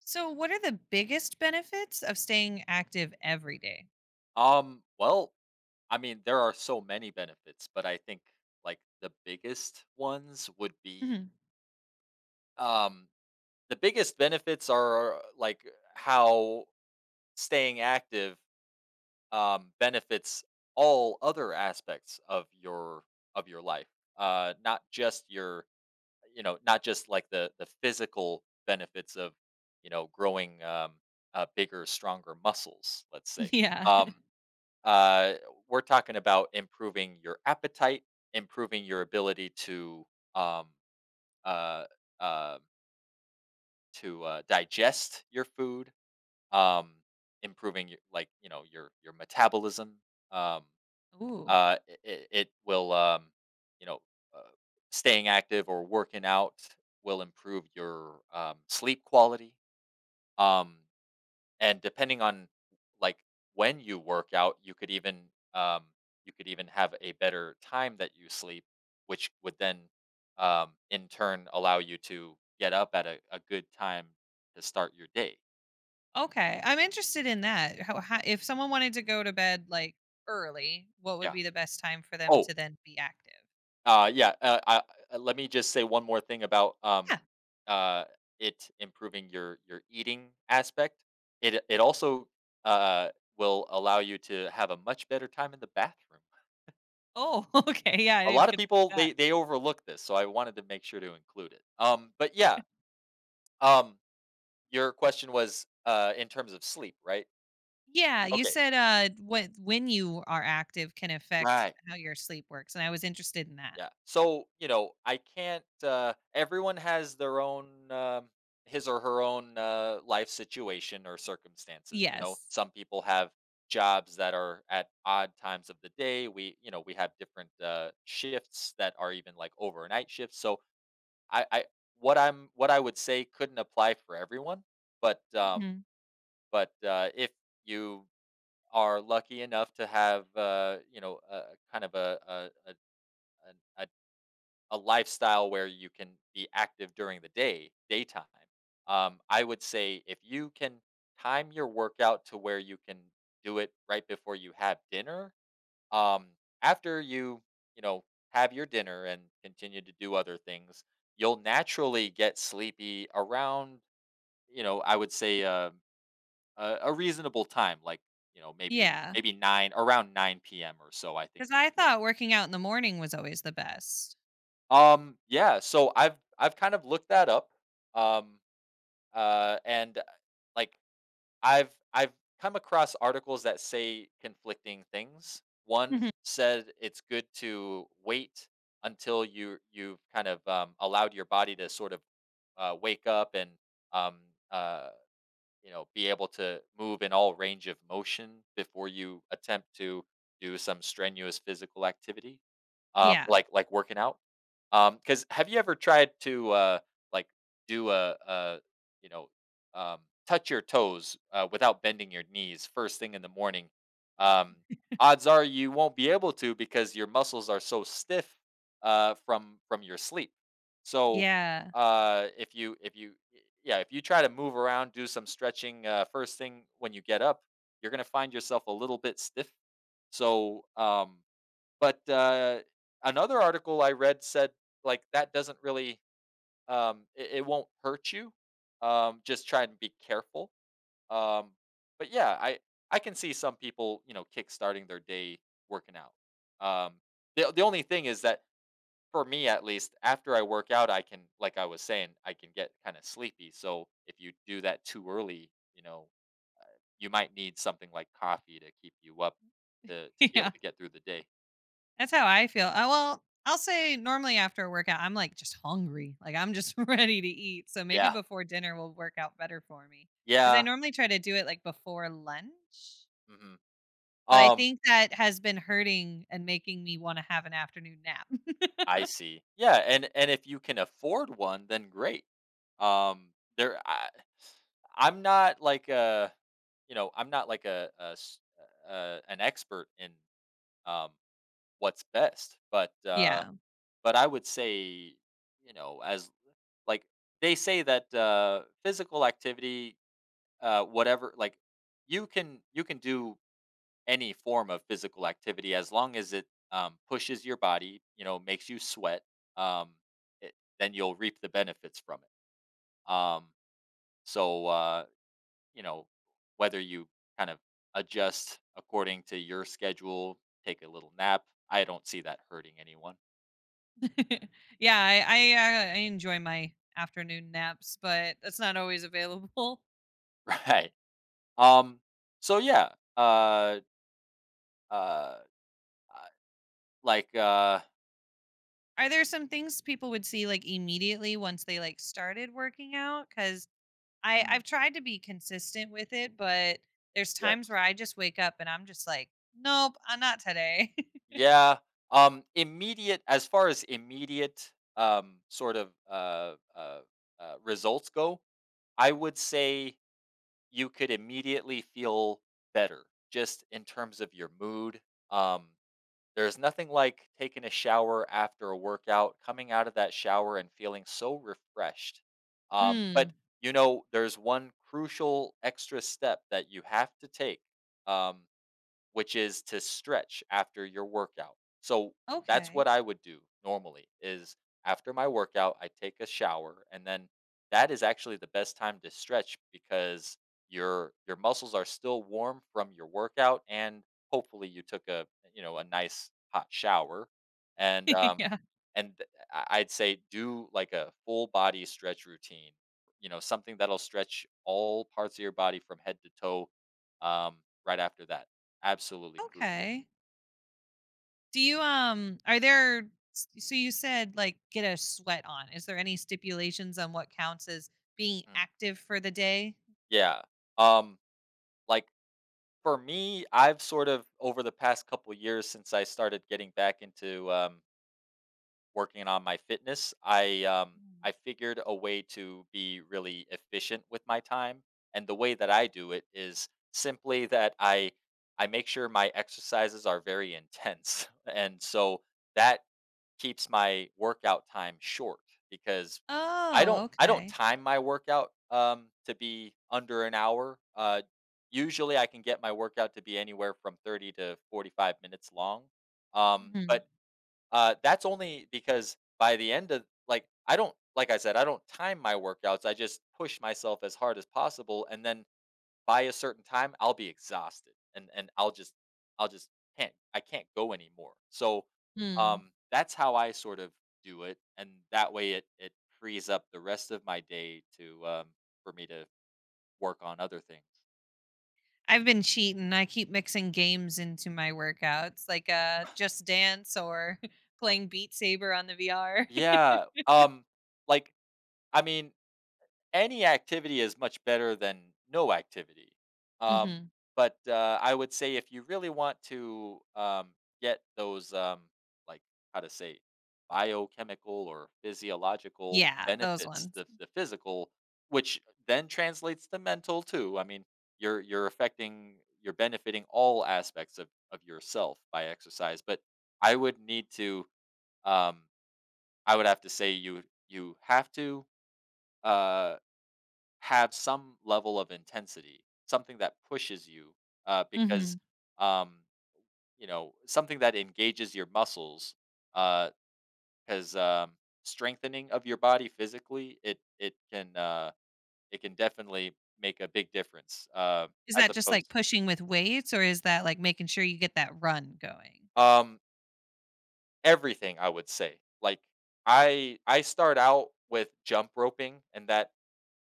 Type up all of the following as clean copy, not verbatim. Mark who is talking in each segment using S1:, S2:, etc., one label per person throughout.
S1: So, what are the biggest benefits of staying active every day?
S2: Well, I mean, there are so many benefits, but I think like the biggest ones would be,
S1: Mhm.
S2: um the biggest benefits are like how staying active benefits all other aspects of your life. Not just your, you know, not just like the physical benefits of, you know, growing bigger, stronger muscles, let's say.
S1: Yeah.
S2: Um Uh, we're talking about improving your appetite, improving your ability to, um, uh, uh, digest your food, um, improving your, like, you know, your metabolism. Um,
S1: Ooh.
S2: uh, it will, you know uh, staying active or working out will improve your sleep quality. Um, And depending on, like, when you work out, um, you could even have a better time that you sleep, which would then, in turn, allow you to get up at a good time to start your day.
S1: Okay. I'm interested in that. How, if someone wanted to go to bed like early, what would
S2: Yeah.
S1: be the best time for them
S2: Oh,
S1: to then be active?
S2: yeah. Let me just say one more thing about
S1: Yeah.
S2: uh, it improving your eating aspect. It also uh, will allow you to have a much better time in the bathroom.
S1: Oh, okay. Yeah, I
S2: A lot
S1: didn't
S2: of
S1: consider
S2: people,
S1: that.
S2: they overlook this, so I wanted to make sure to include it. But yeah, um, your question was, in terms of sleep, right?
S1: Yeah, you
S2: Okay,
S1: said what when you are active can affect
S2: right,
S1: how your sleep works, and I was interested in that.
S2: yeah. So, you know, I can't. Everyone has their own, his or her own, life situation or circumstances. You know,
S1: Yes.
S2: some people have jobs that are at odd times of the day. We you know we have different shifts that are even like overnight shifts. So, I what I'm what I would say couldn't apply for everyone, but, um,
S1: Hmm.
S2: but if you are lucky enough to have, you know, a kind of a an a lifestyle where you can be active during the day, daytime. I would say if you can time your workout to where you can do it right before you have dinner. Um, after you, you know, have your dinner and continue to do other things, you'll naturally get sleepy around, you know, I would say, a reasonable time, like, you know,
S1: Yeah,
S2: maybe 9, around 9 p.m., or so, I think
S1: cuz
S2: is
S1: I
S2: good.
S1: thought working out in the morning was always the best.
S2: Yeah, so I've kind of looked that up. Um and like I've come across articles that say conflicting things. One
S1: Mhm.
S2: said it's good to wait until you've kind of, allowed your body to sort of, wake up, and, um, uh, you know, be able to move in all range of motion before you attempt to do some strenuous physical activity,
S1: Yeah.
S2: like, working out. Because, have you ever tried to, like, do a you know um, touch your toes without bending your knees first thing in the morning? Um, odds are you won't be able to because your muscles are so stiff, from your sleep. So
S1: Yeah.
S2: if you yeah if you try to move around, do some stretching first thing when you get up, you're going to find yourself a little bit stiff. So, but another article I read said, like, that doesn't really— it won't hurt you. Just try and be careful. Um but yeah I can see some people, you know, kick starting their day, working out. Um the, the only thing is that for me, at least, after I work out, I can, like I was saying, I can get kind of sleepy. So if you do that too early, you know, you might need something like coffee to keep you up to be
S1: Yeah,
S2: able to get through the day.
S1: that's how I feel. I Well, I'll say normally after a workout, I'm like just hungry. Like I'm just ready to eat. So maybe
S2: Yeah,
S1: before dinner will work out better for me. Because I
S2: yeah.
S1: normally try to do it like before lunch.
S2: hmm
S1: But I
S2: um
S1: think that has been hurting and making me want to have an afternoon nap.
S2: I see. Yeah, and if you can afford one, then great. Um there I I'm not like a, you know, I'm not like an expert in um what's best, but uh
S1: Yeah.
S2: But I would say, you know, as, like, they say that, physical activity, whatever, like, you can do any form of physical activity as long as it, pushes your body, you know, makes you sweat. Um, it, then you'll reap the benefits from it. Um, so, you know, whether you kind of adjust according to your schedule, take a little nap, I don't see that hurting anyone,
S1: Yeah, I enjoy my afternoon naps, but that's not always available.
S2: right? Um, so yeah, uh, uh, uh, like,
S1: Are there some things people would see like immediately once they like started working out? Cuz
S2: mm,
S1: I've tried to be consistent with it, but there's
S2: yes,
S1: times where I just wake up and I'm just like, "Nope, not today."
S2: yeah. Immediate as far as immediate, sort of, results go, I would say you could immediately feel better, just in terms of your mood. Um, There's nothing like taking a shower after a workout, coming out of that shower and feeling so refreshed. But,
S1: Mm.
S2: you know, there's one crucial extra step that you have to take, Um, which is to stretch after your workout. So that's
S1: Okay.
S2: what I would do normally: is after my workout, I take a shower, and then that is actually the best time to stretch, because your muscles are still warm from your workout, and hopefully you took a, you know, a nice hot shower, and
S1: Yeah.
S2: I'd say do like a full body stretch routine, you know, something that'll stretch all parts of your body from head to toe, um, right after that. Absolutely crucial.
S1: Okay. Do you are there so you said like get a sweat on. Is there any stipulations on what counts as being
S2: Mm,
S1: active for the day?
S2: yeah. Um, like, for me, I've sort of, over the past couple years since I started getting back into working on my fitness,
S1: Mm.
S2: I figured a way to be really efficient with my time, and the way that I do it is simply that I make sure my exercises are very intense, and so that keeps my workout time short, because I
S1: Oh,
S2: don't I don't
S1: okay.
S2: time my workout, to be under an hour. Usually, I can get my workout to be anywhere from 30 to 45 minutes long. But That's only because by the end of, like, I don't like I said, I don't time my workouts. I just push myself as hard as possible, and then by a certain time, I'll be exhausted, and I'll just I can't go anymore. So,
S1: Hmm.
S2: that's how I sort of do it, and that way it frees up the rest of my day to, for me to work on other things.
S1: I've been cheating. I keep mixing games into my workouts, like Just Dance or playing Beat Saber on the VR.
S2: Yeah, like, I mean, any activity is much better than no activity. Um,
S1: Hmm.
S2: but I would say, if you really want to, get those, like, how to say, biochemical or physiological
S1: Yeah, those
S2: benefits,
S1: ones.
S2: the physical, which then translates to mental too. I mean, you're affecting, you're benefiting all aspects of yourself by exercise. But I would need to, um, I would have to say, you have to, Uh, have some level of intensity, something that pushes you,
S1: Hmm.
S2: because, um, you know, something that engages your muscles, uh, because, strengthening of your body physically, it can, it can definitely make a big difference,
S1: Is
S2: as
S1: that just like
S2: opposed
S1: pushing with weights, or is that like making sure you get that run going?
S2: to, everything. I would say, like, I start out with jump roping, and that,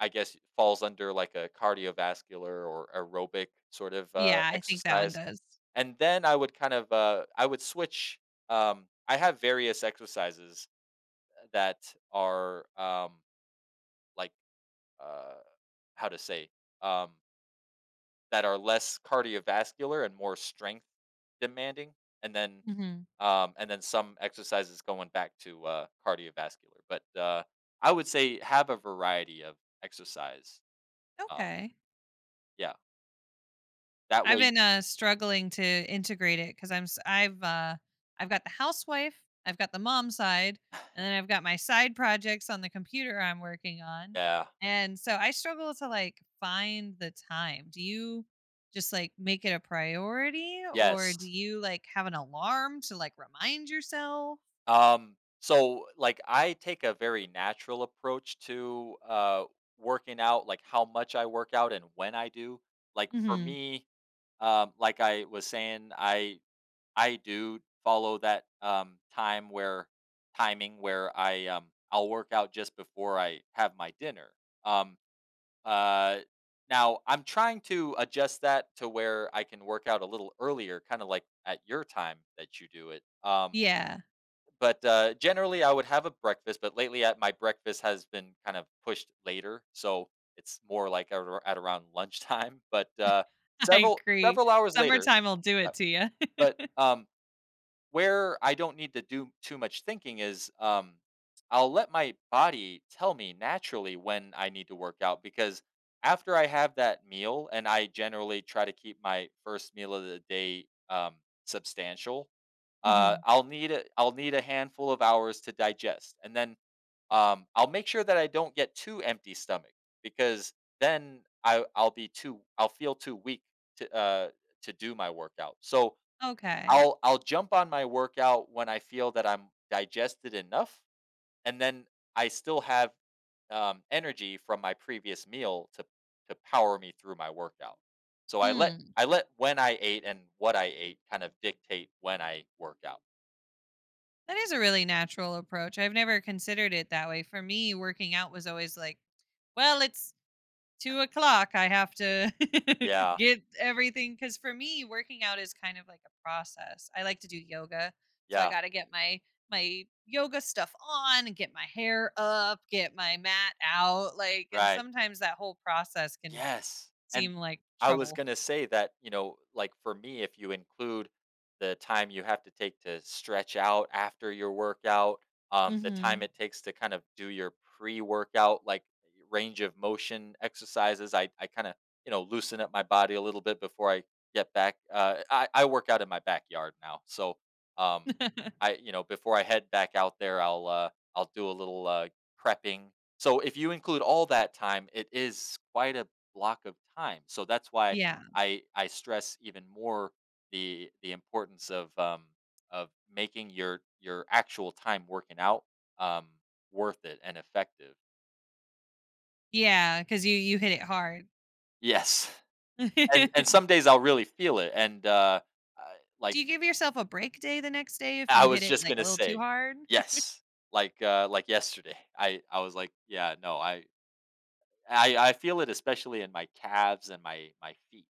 S2: I guess, falls under like a cardiovascular or aerobic sort of,
S1: Yeah, I think that one
S2: exercise.
S1: does.
S2: And then I would switch. I have various exercises that are, like uh, how to say, um, that are less cardiovascular and more strength demanding, and then,
S1: Hmm.
S2: some exercises going back to cardiovascular. But I would say have a variety of exercise. Um,
S1: Okay.
S2: yeah, that
S1: I've
S2: way.
S1: been, struggling to integrate it because 'cause I've got the housewife, I've got the mom side, and then I've got my side projects on the computer I'm working on,
S2: Yeah.
S1: and so I struggle to, like, find the time. Do you just, like, make it a priority, or do
S2: Yes.
S1: you, like, have an alarm to, like, remind yourself?
S2: So, like, I take a very natural approach to working out, like how much I work out and when I do. Like, for
S1: Mhm.
S2: me, like I was saying, I do follow that, time where timing, where I'll work out just before I have my dinner. Um uh Now I'm trying to adjust that to where I can work out a little earlier, kind of like at your time that you do it.
S1: Yeah,
S2: Generally, I would have a breakfast, but lately at— my breakfast has been kind of pushed later, so it's more like at— ar at around lunchtime, but,
S1: I agree.
S2: several hours later.
S1: Summertime will do it
S2: Yep.
S1: to you.
S2: But, where I don't need to do too much thinking is, I'll let my body tell me naturally when I need to work out. Because after I have that meal, and I generally try to keep my first meal of the day, substantial,
S1: Mhm.
S2: I'll need a handful of hours to digest, and then, I'll make sure that I don't get too empty stomach, because then I'll feel too weak to, uh, to do my workout. So,
S1: Okay.
S2: I'll jump on my workout when I feel that I'm digested enough, and then I still have, energy from my previous meal to power me through my workout. So
S1: Hmm.
S2: I let when I ate and what I ate kind of dictate when I work out.
S1: That is a really natural approach. I've never considered it that way. For me, working out was always like, well, it's 2 o'clock. I have to
S2: Yeah,
S1: get everything. Because for me, working out is kind of like a process. I like to do yoga. So I
S2: yeah,
S1: got to get my yoga stuff on and get my hair up, get my mat out. Like, and
S2: right.
S1: sometimes that whole process can
S2: Yes, and
S1: seem like
S2: I was
S1: trouble.
S2: gonna say that, you know, like, for me, if you include the time you have to take to stretch out after your workout, the time
S1: Hmm.
S2: it takes to kind of do your pre-workout, like, range of motion exercises, I kinda, you know, loosen up my body a little bit before I get back, I work out in my backyard now, so, um, I you know, before I head back out there, I'll do a little, prepping. So if you include all that time, it is quite a block of time. So that's why
S1: Yeah.
S2: I stress even more the importance of, of making your actual time working out, um, worth it and effective.
S1: Yeah. Because you hit it hard.
S2: Yes, and some days I'll really feel it, and, like
S1: Do you give yourself a break day the next day if you
S2: I
S1: hit
S2: was
S1: it,
S2: just
S1: like, a
S2: gonna
S1: little too
S2: say,
S1: hard?
S2: yes, like, yesterday, I was like, yeah, no, I feel it, especially in my calves and my feet,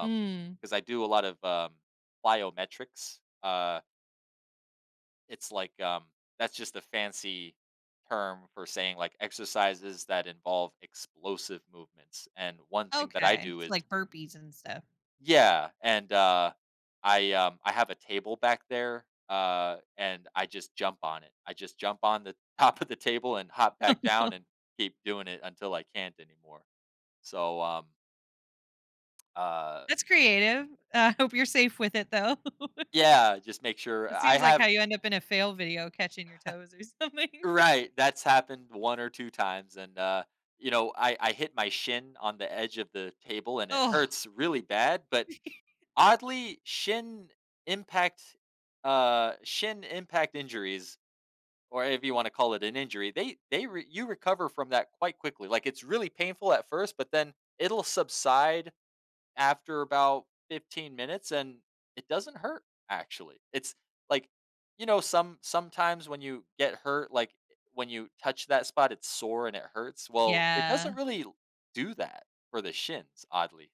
S1: Mm.
S2: I do a lot of, plyometrics. It's like, that's just a fancy term for saying, like, exercises that involve explosive movements, and one thing that I
S1: Okay,
S2: do
S1: so,
S2: is—
S1: like, burpees and stuff.
S2: yeah, and, I have a table back there, and I just jump on it. I just jump on the top of the table and hop back down, and keep doing it until I can't anymore. So, uh,
S1: That's creative. I hope you're safe with it, though.
S2: yeah, just make sure
S1: It
S2: I
S1: seems like
S2: have—
S1: how you end up in a fail video catching your toes or something.
S2: right, that's happened 1 or 2 times, and, you know, I hit my shin on the edge of the table, and it
S1: Oh,
S2: hurts really bad, but oddly, impact, shin impact injuries, or if you wanna call it an injury, they re you recover from that quite quickly. Like, it's really painful at first, but then it'll subside after about 15 minutes, and it doesn't hurt, actually. It's like, you know, sometimes when you get hurt, like, when you touch that spot, it's sore and it hurts. Well, it
S1: yeah.
S2: doesn't really do that for the shins, oddly.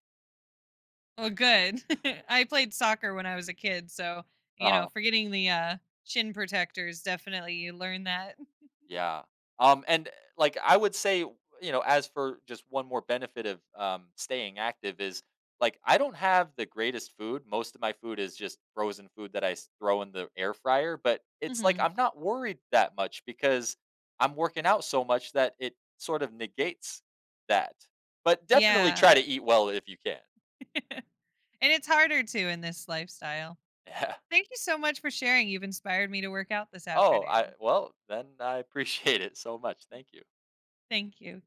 S1: Well, good. I played soccer when I was a kid, so, you know,
S2: Uh
S1: forgetting the, shin protectors, definitely you learn that.
S2: Yeah. And Like, I would say, you know, as for just one more benefit of, staying active, is, like, I don't have the greatest food. Most of my food is just frozen food that throw in the air fryer. But it's like
S1: Mhm.
S2: I'm not worried that much, because I'm working out so much that it sort of negates that. But definitely
S1: Yeah.
S2: try to eat well if you can.
S1: And it's harder to in this lifestyle.
S2: Yeah.
S1: Thank you so much for sharing. You've inspired me to work out this
S2: Oh, I
S1: afternoon.
S2: Well, then I appreciate it so much. Thank you.
S1: Thank you.